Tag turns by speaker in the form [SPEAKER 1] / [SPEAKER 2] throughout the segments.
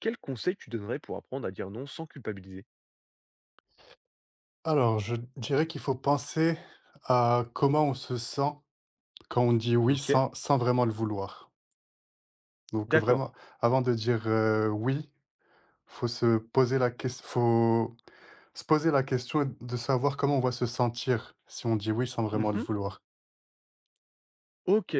[SPEAKER 1] Quel conseil tu donnerais pour apprendre à dire non sans culpabiliser?
[SPEAKER 2] Alors, je dirais qu'il faut penser à comment on se sent quand on dit oui
[SPEAKER 1] OK,
[SPEAKER 2] sans vraiment le vouloir. Donc
[SPEAKER 1] d'accord.
[SPEAKER 2] vraiment, avant de dire oui, faut se poser la question, faut se poser la question de savoir comment on va se sentir si on dit oui sans vraiment le
[SPEAKER 1] Mmh.
[SPEAKER 2] vouloir.
[SPEAKER 1] OK.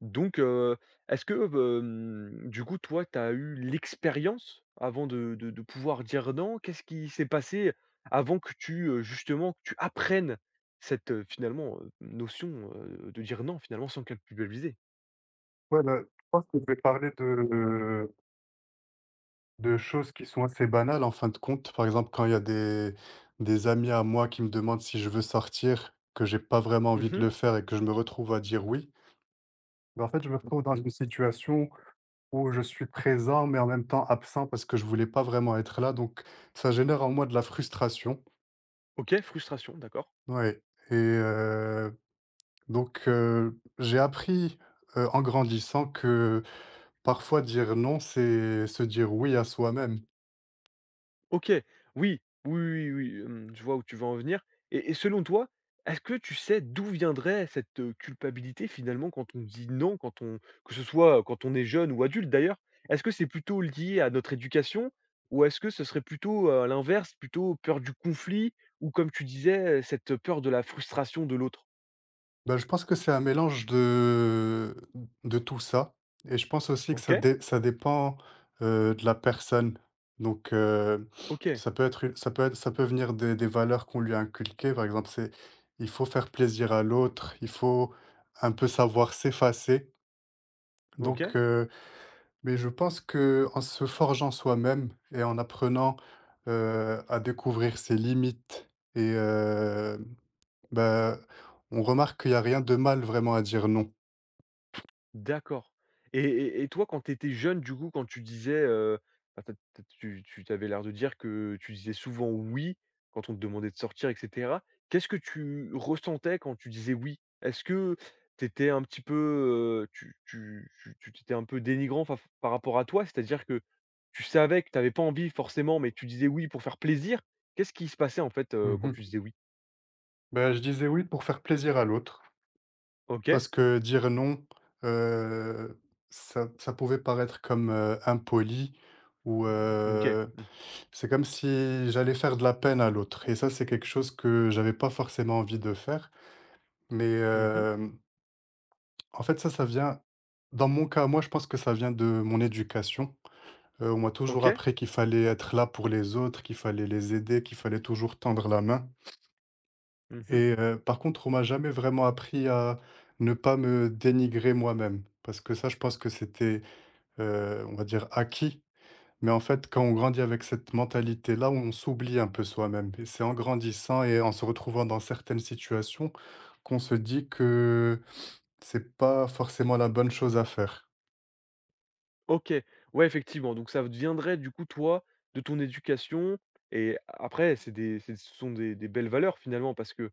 [SPEAKER 1] Donc est-ce que, du coup, toi, tu as eu l'expérience avant de pouvoir dire non? Qu'est-ce qui s'est passé avant que tu justement, que tu apprennes cette finalement, notion, de dire non, finalement, sans culpabiliser?
[SPEAKER 2] Voilà, je pense que je vais parler de choses qui sont assez banales en fin de compte. Par exemple, quand il y a des amis à moi qui me demandent si je veux sortir, que j'ai pas vraiment envie de
[SPEAKER 1] Mmh.
[SPEAKER 2] le faire et que je me retrouve à dire oui. Bah, en fait, je me trouve dans une situation où je suis présent, mais en même temps absent parce que je voulais pas vraiment être là. Donc, ça génère en moi de la frustration.
[SPEAKER 1] OK, frustration, d'accord.
[SPEAKER 2] Ouais. Et donc, j'ai appris, en grandissant que parfois dire non, c'est se dire oui à soi-même.
[SPEAKER 1] OK, oui, oui, oui, oui, je vois où tu veux en venir et selon toi, est-ce que tu sais d'où viendrait cette culpabilité finalement quand on dit non, quand on que ce soit, quand on est jeune ou adulte d'ailleurs? Est-ce que c'est plutôt lié à notre éducation ou est-ce que ce serait plutôt à l'inverse, plutôt peur du conflit ou comme tu disais, cette peur de la frustration de l'autre?
[SPEAKER 2] Bah, je pense que c'est un mélange de tout ça et je pense aussi que
[SPEAKER 1] OK,
[SPEAKER 2] ça dépend, de la personne. Donc,
[SPEAKER 1] OK,
[SPEAKER 2] ça peut être u ça peut être ça peut venir des valeurs qu'on lui a inculquées. Par exemple, c'est il faut faire plaisir à l'autre, il faut un peu savoir s'effacer.
[SPEAKER 1] OK.
[SPEAKER 2] Donc, mais je pense que en se forgeant soi-même et en apprenant, à découvrir ses limites et bah, on remarque qu'il y a rien de mal vraiment à dire non.
[SPEAKER 1] D'accord et toi, quand tu étais jeune, du coup, quand tu disais, bah, tu as tu tu tu avais l'air de dire que tu disais souvent «oui» quand on te demandait de sortir et cetera. Qu'est-ce que tu ressentais quand tu disais «oui»? Est-ce que tu étais un petit peu, tu tu tu tu tu un peu dénigrant fa par rapport à toi? C'est-à-dire que tu savais que tu avais pas envie forcément, mais tu disais «oui» pour faire plaisir? Qu'est-ce qui se passait en fait,
[SPEAKER 2] Mmh
[SPEAKER 1] quand tu
[SPEAKER 2] mh.
[SPEAKER 1] disais «oui»?
[SPEAKER 2] Bah, je disais oui pour faire plaisir à l'autre,
[SPEAKER 1] OK,
[SPEAKER 2] parce que dire non, heu, ça pouvait paraître comme, impoli ou,
[SPEAKER 1] OK. Mmh.
[SPEAKER 2] c'est comme si j'allais faire de la peine à l'autre et ça, c'est quelque chose que j'avais pas forcément envie de faire. Mais,
[SPEAKER 1] Mmh.
[SPEAKER 2] en fait, ça vient dans mon cas, moi, je pense que ça vient de mon éducation. On m'a toujours
[SPEAKER 1] OK.
[SPEAKER 2] appris qu'il fallait être là pour les autres, qu'il fallait les aider, qu'il fallait toujours tendre la main.
[SPEAKER 1] Mmh.
[SPEAKER 2] Et par contre, on m'a jamais vraiment appris à ne pas me dénigrer moi-même. Parce que ça, je pense que c'était, on va dire, acquis. Mais en fait, quand on grandit avec cette mentalité-là, on s'oublie un peu soi-même et c'est en grandissant et en se retrouvant dans certaines situations qu'on se dit que c'est pas forcément la bonne chose à faire.
[SPEAKER 1] OK. Ouais, effectivement, donc ça viendrait du coup, toi, de ton éducation et après c'est ce sont des belles valeurs finalement parce que,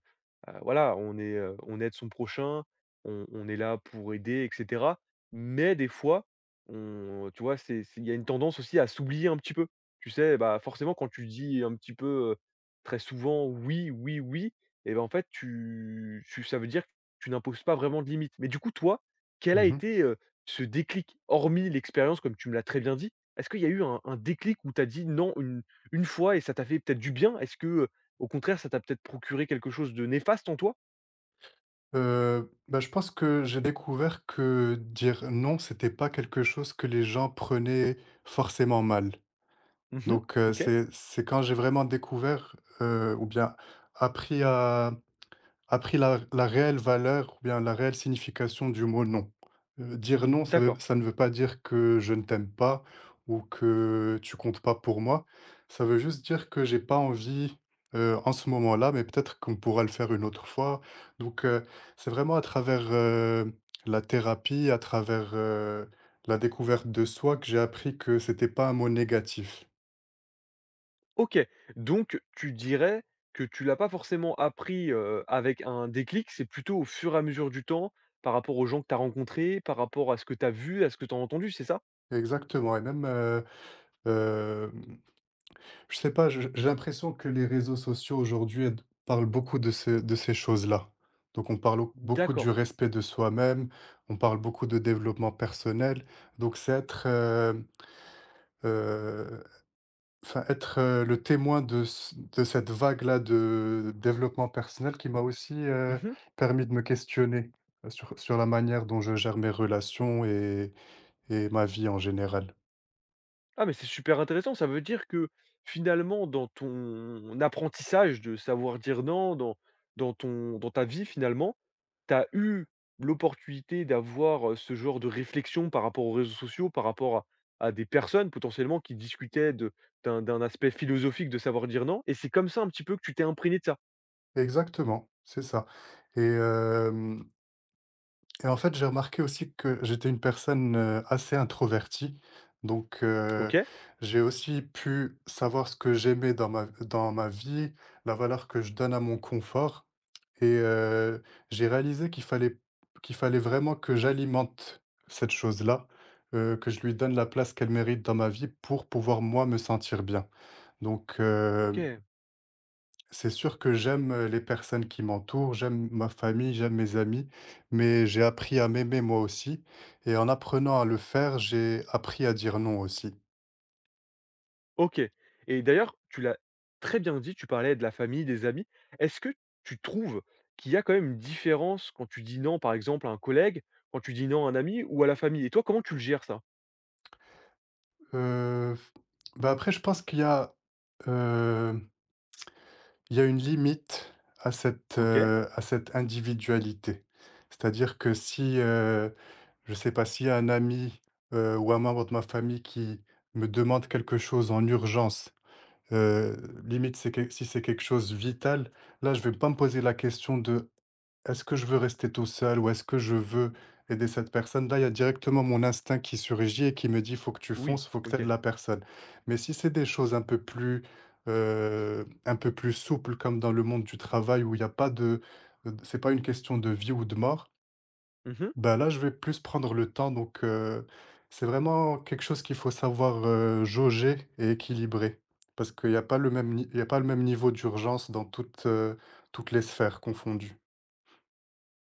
[SPEAKER 1] voilà, on aide son prochain, on est là pour aider et cetera. Mais des fois, on tu vois, c'est il y a une tendance aussi à s'oublier un petit peu. Tu sais, bah, forcément quand tu dis un petit peu, très souvent: «Oui, oui, oui» et ben, en fait tu ça veut dire que tu n'imposes pas vraiment de limites. Mais du coup, toi, quelle a
[SPEAKER 2] Mmh mh.
[SPEAKER 1] été, ce déclic, hormis l'expérience comme tu me l'as très bien dit, est-ce qu'il y a eu un déclic où tu as dit: «Non» une fois et ça t'a fait peut-être du bien? Est-ce que, au contraire, ça t'a peut-être procuré quelque chose de néfaste en toi?
[SPEAKER 2] Bah, je pense que j'ai découvert que dire non, c'était pas quelque chose que les gens prenaient forcément mal.
[SPEAKER 1] Mmh.
[SPEAKER 2] Donc,
[SPEAKER 1] OK,
[SPEAKER 2] c'est quand j'ai vraiment découvert, ou bien appris à appris la réelle valeur ou bien la réelle signification du mot «non». Dire «non»,
[SPEAKER 1] d'accord.
[SPEAKER 2] ça ne veut pas dire que je ne t'aime pas ou que tu comptes pas pour moi. Ça veut juste dire que j'ai pas envie, en ce moment-là, mais peut-être qu'on pourra le faire une autre fois. Donc, c'est vraiment à travers, la thérapie, à travers, la découverte de soi que j'ai appris que c'était pas un mot négatif.
[SPEAKER 1] OK, donc tu dirais que tu l'as pas forcément appris, avec un déclic, c'est plutôt au fur et à mesure du temps, par rapport aux gens que tu as rencontrés, par rapport à ce que tu as vu, à ce que tu as entendu, c'est ça?
[SPEAKER 2] Exactement, et même, hem, je sais pas, je j'ai l'impression que les réseaux sociaux aujourd'hui aident parlent beaucoup de ces choses-là. Donc on parle au beaucoup
[SPEAKER 1] D'accord.
[SPEAKER 2] du respect de soi-même, on parle beaucoup de développement personnel, donc c'est être, heu, enfin être, le témoin de cette vague-là de développement personnel qui m'a aussi,
[SPEAKER 1] Mmh.
[SPEAKER 2] permis de me questionner sur la manière dont je gère mes relations et ma vie en général.
[SPEAKER 1] Ah mais c'est super intéressant, ça veut dire que finalement dans ton apprentissage de savoir dire non, dans ton dans ta vie finalement, tu as eu l'opportunité d'avoir ce genre de réflexion par rapport aux réseaux sociaux, par rapport à des personnes potentiellement qui discutaient de d'un aspect philosophique de savoir dire non et c'est comme ça un petit peu que tu t'es imprégné de ça?
[SPEAKER 2] Exactement, c'est ça, et hem et en fait, j'ai remarqué aussi que j'étais une personne, assez introvertie. Donc,
[SPEAKER 1] OK,
[SPEAKER 2] j'ai aussi pu savoir ce que j'aimais dans ma vie, la valeur que je donne à mon confort, et j'ai réalisé qu'il fallait vraiment que j'alimente cette chose-là, que je lui donne la place qu'elle mérite dans ma vie pour pouvoir moi me sentir bien. Donc,
[SPEAKER 1] OK.
[SPEAKER 2] c'est sûr que j'aime, les personnes qui m'entourent, j'aime ma famille, j'aime mes amis, mais j'ai appris à m'aimer moi aussi, et en apprenant à le faire, j'ai appris à dire non aussi.
[SPEAKER 1] OK et d'ailleurs, tu l'as très bien dit, tu parlais de la famille, des amis. Est-ce que tu trouves qu'il y a quand même une différence quand tu dis non, par exemple, à un collègue, quand tu dis non à un ami ou à la famille? Et toi, comment tu le gères ça?
[SPEAKER 2] Heu, bah, après, je pense qu'il y a, heu une limite
[SPEAKER 1] OK,
[SPEAKER 2] à cette individualité. C'est-à-dire que si, je ne sais pas, s'il y a un ami, ou un membre de ma famille qui me demande quelque chose en urgence, heu, limite c'est que si c'est quelque chose vital, là je ne vais pas me poser la question de: est-ce que je veux rester tout seul ou est-ce que je veux aider cette personne? Là, il y a directement mon instinct qui surgit et qui me dit, faut que tu
[SPEAKER 1] oui,
[SPEAKER 2] fonces, faut que tu aides
[SPEAKER 1] OK.
[SPEAKER 2] la personne. Mais si c'est des choses un peu plus souples, comme dans le monde du travail où il n'y a pas de, c'est pas une question de vie ou de mort,
[SPEAKER 1] Mmh.
[SPEAKER 2] ben là, je vais plus prendre le temps. Donc, c'est vraiment quelque chose qu'il faut savoir, jauger et équilibrer. Parce qu'il n'y a pas le même, il y a pas le même niveau d'urgence dans toutes les sphères confondues.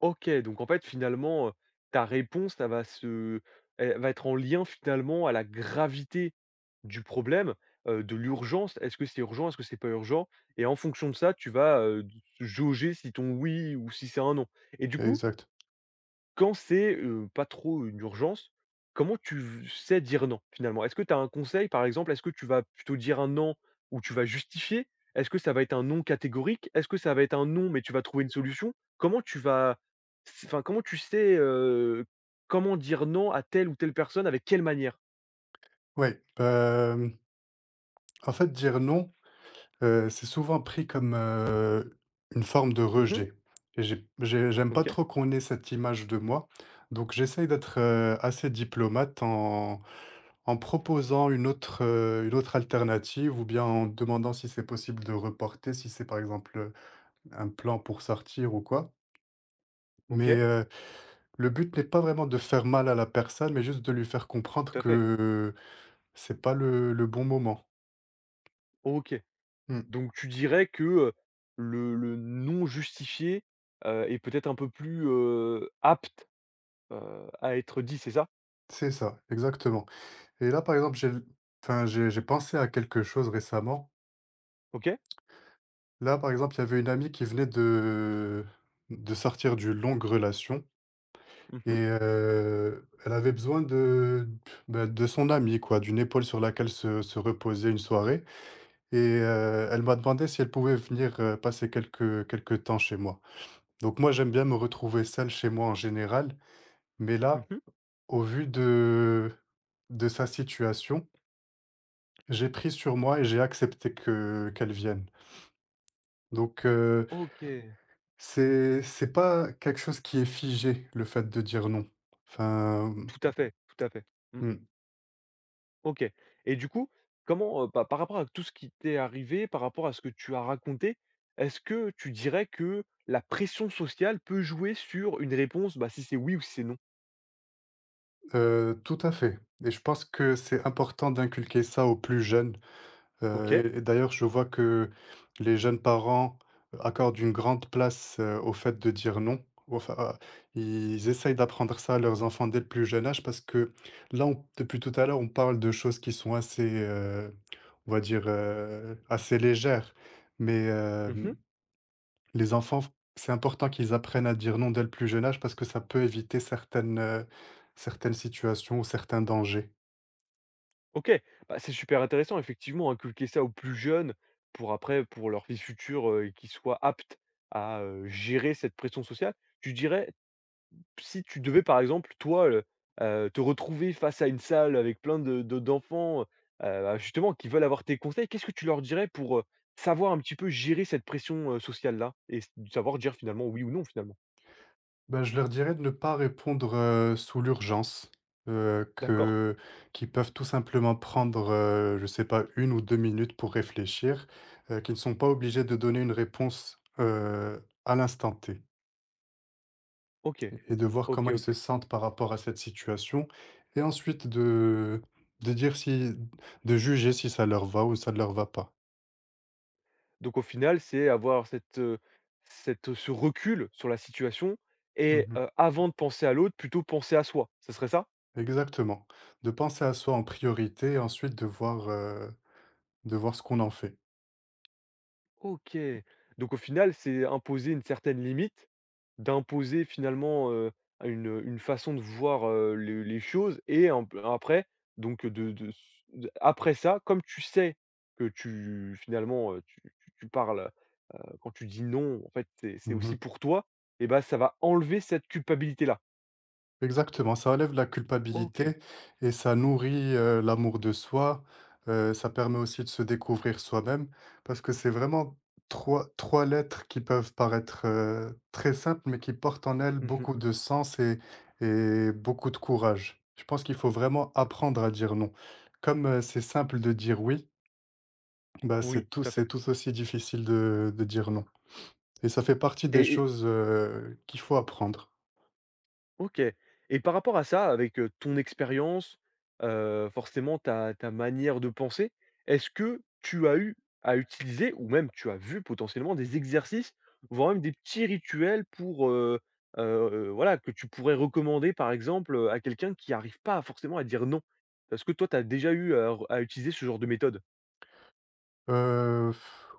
[SPEAKER 1] OK, donc en fait, finalement, ta réponse, ça va se elle va être en lien, finalement, à la gravité du problème, de l'urgence. Est-ce que c'est urgent? Est-ce que c'est pas urgent? Et en fonction de ça, tu vas, d jauger si ton oui ou si c'est un non. Et du coup,
[SPEAKER 2] Exact.
[SPEAKER 1] quand c'est pas trop une urgence, comment tu v sais dire non, finalement? Est-ce que tu as un conseil, par exemple? Est-ce que tu vas plutôt dire un non où tu vas justifier? Est-ce que ça va être un non catégorique? Est-ce que ça va être un non, mais tu vas trouver une solution? Comment tu vas enfin, comment tu sais, comment dire non à telle ou telle personne, avec quelle manière?
[SPEAKER 2] Ouais, en fait, dire non, c'est souvent pris comme, une forme de
[SPEAKER 1] Mmh.
[SPEAKER 2] rejet, et j'aime pas
[SPEAKER 1] OK,
[SPEAKER 2] trop qu'on ait cette image de moi, donc j'essaye d'être, assez diplomate en en proposant une autre alternative, ou bien en demandant si c'est possible de reporter, si c'est, par exemple, un plan pour sortir ou quoi, mais
[SPEAKER 1] OK,
[SPEAKER 2] le but n'est pas vraiment de faire mal à la personne, mais juste de lui faire comprendre
[SPEAKER 1] tout à fait.
[SPEAKER 2] que c'est pas le bon moment.
[SPEAKER 1] OK.
[SPEAKER 2] Mmh,
[SPEAKER 1] Donc tu dirais que, le non justifié, est peut-être un peu plus, apte, à être dit, c'est ça?
[SPEAKER 2] c'est ça, exactement. Et là, par exemple, j'ai enfin, j'ai pensé à quelque chose récemment.
[SPEAKER 1] OK.
[SPEAKER 2] Là, par exemple, il y avait une amie qui venait de sortir d'une longue relation,
[SPEAKER 1] Mhm,
[SPEAKER 2] et
[SPEAKER 1] mhm,
[SPEAKER 2] elle avait besoin de, bah, de son ami quoi, d'une épaule sur laquelle se reposer une soirée, et elle m'a demandé si elle pouvait venir, passer quelques temps chez moi. Donc moi, j'aime bien me retrouver seul chez moi en général, mais là, au vu de sa situation, j'ai pris sur moi et j'ai accepté que qu'elle vienne. Donc,
[SPEAKER 1] OK.
[SPEAKER 2] c'est pas quelque chose qui est figé, le fait de dire non. Enfin,
[SPEAKER 1] Tout à fait, tout à fait. Mmh.
[SPEAKER 2] mmh, mmh,
[SPEAKER 1] OK et du coup, comment, pa par rapport à tout ce qui t'est arrivé, par rapport à ce que tu as raconté, est-ce que tu dirais que la pression sociale peut jouer sur une réponse, bah, si c'est oui ou si c'est non?
[SPEAKER 2] tout à fait, et je pense que c'est important d'inculquer ça aux plus jeunes,
[SPEAKER 1] OK.
[SPEAKER 2] et d'ailleurs, je vois que les jeunes parents accordent une grande place, au fait de dire non. Enfin, à ils essayent d'apprendre ça à leurs enfants dès le plus jeune âge, parce que là, on depuis tout à l'heure, on parle de choses qui sont assez, on va dire, assez légères, mais
[SPEAKER 1] Mhm,
[SPEAKER 2] les enfants, c'est important qu'ils apprennent à dire non dès le plus jeune âge, parce que ça peut éviter certaines situations ou certains dangers.
[SPEAKER 1] OK. Bah, c'est super intéressant effectivement, hein, inculquer ça aux plus jeunes pour après pour leur vie future, qu'ils soient aptes à gérer cette pression sociale. Tu dirais si tu devais par exemple, toi, te retrouver face à une salle avec plein de d'enfants, bah, justement qui veulent avoir tes conseils, qu'est-ce que tu leur dirais pour savoir un petit peu gérer cette pression, sociale-là? Et s savoir dire finalement oui ou non finalement?
[SPEAKER 2] Ben je leur dirais de ne pas répondre, sous l'urgence,
[SPEAKER 1] D'accord,
[SPEAKER 2] que qu'ils peuvent tout simplement prendre, je sais pas, 1 ou 2 minutes pour réfléchir, qu'ils ne sont pas obligés de donner une réponse, à l'instant T,
[SPEAKER 1] OK,
[SPEAKER 2] et de voir
[SPEAKER 1] OK,
[SPEAKER 2] comment ils
[SPEAKER 1] OK.
[SPEAKER 2] se sentent par rapport à cette situation, et ensuite de dire si de juger si ça leur va ou ça ne leur va pas.
[SPEAKER 1] Donc au final, c'est avoir cette, cette, ce recul sur la situation et
[SPEAKER 2] Mmh.
[SPEAKER 1] avant de penser à l'autre, plutôt penser à soi, ce serait ça?
[SPEAKER 2] Exactement. De penser à soi en priorité et ensuite de voir, de voir ce qu'on en fait.
[SPEAKER 1] OK.
[SPEAKER 2] Mmh.
[SPEAKER 1] Donc au final, c'est imposer une certaine limite, d'imposer finalement, une façon de voir, le les choses et un après, donc de de après ça, comme tu sais que tu finalement, tu parles, quand tu dis «non», en fait, c'est aussi
[SPEAKER 2] Mmh.
[SPEAKER 1] pour toi et bah, ça va enlever cette culpabilité-là.
[SPEAKER 2] Exactement, ça enlève la
[SPEAKER 1] OK.
[SPEAKER 2] culpabilité et ça nourrit, l'amour de soi, ça permet aussi de se découvrir soi-même, parce que c'est vraiment trois lettres qui peuvent paraître, très simples, mais qui portent en elles
[SPEAKER 1] Mmh.
[SPEAKER 2] beaucoup de sens et beaucoup de courage. Je pense qu'il faut vraiment apprendre à dire non. Comme, c'est simple de dire oui, bah,
[SPEAKER 1] Oui,
[SPEAKER 2] c'est tout
[SPEAKER 1] tout à fait
[SPEAKER 2] c'est tout aussi difficile de dire non, et ça fait partie des
[SPEAKER 1] et
[SPEAKER 2] choses, qu'il faut apprendre.
[SPEAKER 1] OK et par rapport à ça, avec ton expérience, forcément ta manière de penser, est-ce que tu as eu à utiliser ou même tu as vu potentiellement des exercices, voire même des petits rituels pour, heu voilà, que tu pourrais recommander par exemple, à quelqu'un qui n'arrive pas forcément à dire non? Parce que toi tu as déjà eu à utiliser ce genre de méthode?
[SPEAKER 2] Heu,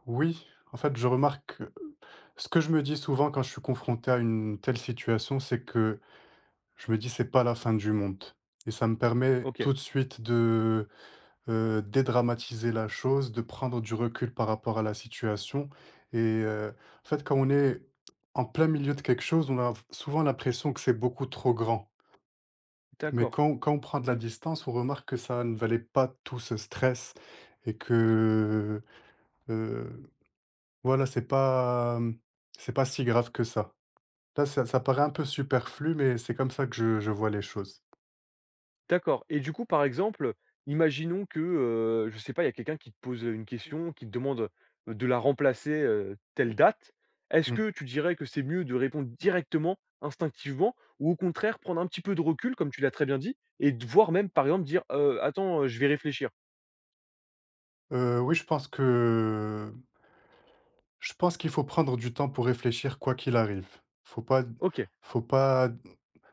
[SPEAKER 2] oui, en fait, je remarque que ce que je me dis souvent quand je suis confronté à une telle situation, c'est que je me dis: «C'est pas la fin du monde», et ça me permet
[SPEAKER 1] OK,
[SPEAKER 2] tout de suite de dédramatiser la chose, de prendre du recul par rapport à la situation, et en fait, quand on est en plein milieu de quelque chose, on a souvent l'impression que c'est beaucoup trop grand. Mais
[SPEAKER 1] d'accord.
[SPEAKER 2] quand on prend de la distance, on remarque que ça ne valait pas tout ce stress. et que, heu Voilà, c'est pas, c'est pas, si grave que ça. Là, ça paraît un peu superflu, mais c'est comme ça que je vois les choses.
[SPEAKER 1] D'accord et du coup, par exemple, imaginons que, je sais pas, il y a quelqu'un qui te pose, une question, qui te demande, de la remplacer, telle date. Est-ce
[SPEAKER 2] Mmh.
[SPEAKER 1] que tu dirais que c'est mieux de répondre directement, instinctivement ou au contraire prendre un petit peu de recul, comme tu l'as très bien dit et de voire même, par exemple, dire: attends, je vais réfléchir».
[SPEAKER 2] Oui, je pense qu'il faut prendre du temps pour réfléchir quoi qu'il arrive. Faut pas
[SPEAKER 1] OK,
[SPEAKER 2] faut pas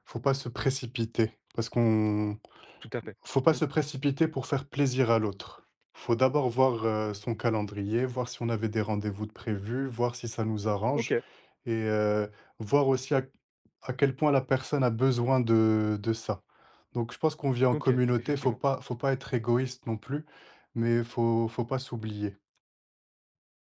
[SPEAKER 2] faut pas se précipiter, parce qu'on
[SPEAKER 1] tout à fait.
[SPEAKER 2] faut pas
[SPEAKER 1] Mmh.
[SPEAKER 2] se précipiter pour faire plaisir à l'autre. Faut d'abord voir, son calendrier, voir si on avait des rendez-vous de prévus, voir si ça nous arrange.
[SPEAKER 1] OK,
[SPEAKER 2] Et voir aussi à quel point la personne a besoin de ça. Donc je pense qu'on vit en
[SPEAKER 1] OK,
[SPEAKER 2] communauté, faut
[SPEAKER 1] effectivement.
[SPEAKER 2] pas faut pas être égoïste non plus, mais faut pas s'oublier.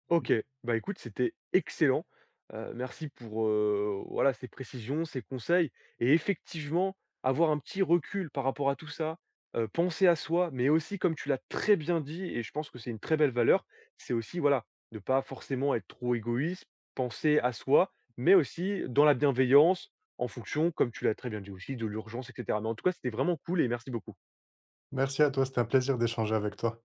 [SPEAKER 1] OK, bah, écoute, c'était excellent. Merci pour voilà, ces précisions, ces conseils et effectivement, avoir un petit recul par rapport à tout ça, penser à soi, mais aussi comme tu l'as très bien dit et je pense que c'est une très belle valeur, c'est aussi, voilà, de pas forcément être trop égoïste, penser à soi, mais aussi dans la bienveillance en fonction, comme tu l'as très bien dit aussi, de l'urgence et cetera. Mais en tout cas, c'était vraiment cool et merci beaucoup.
[SPEAKER 2] Merci à toi, c'était un plaisir d'échanger avec toi.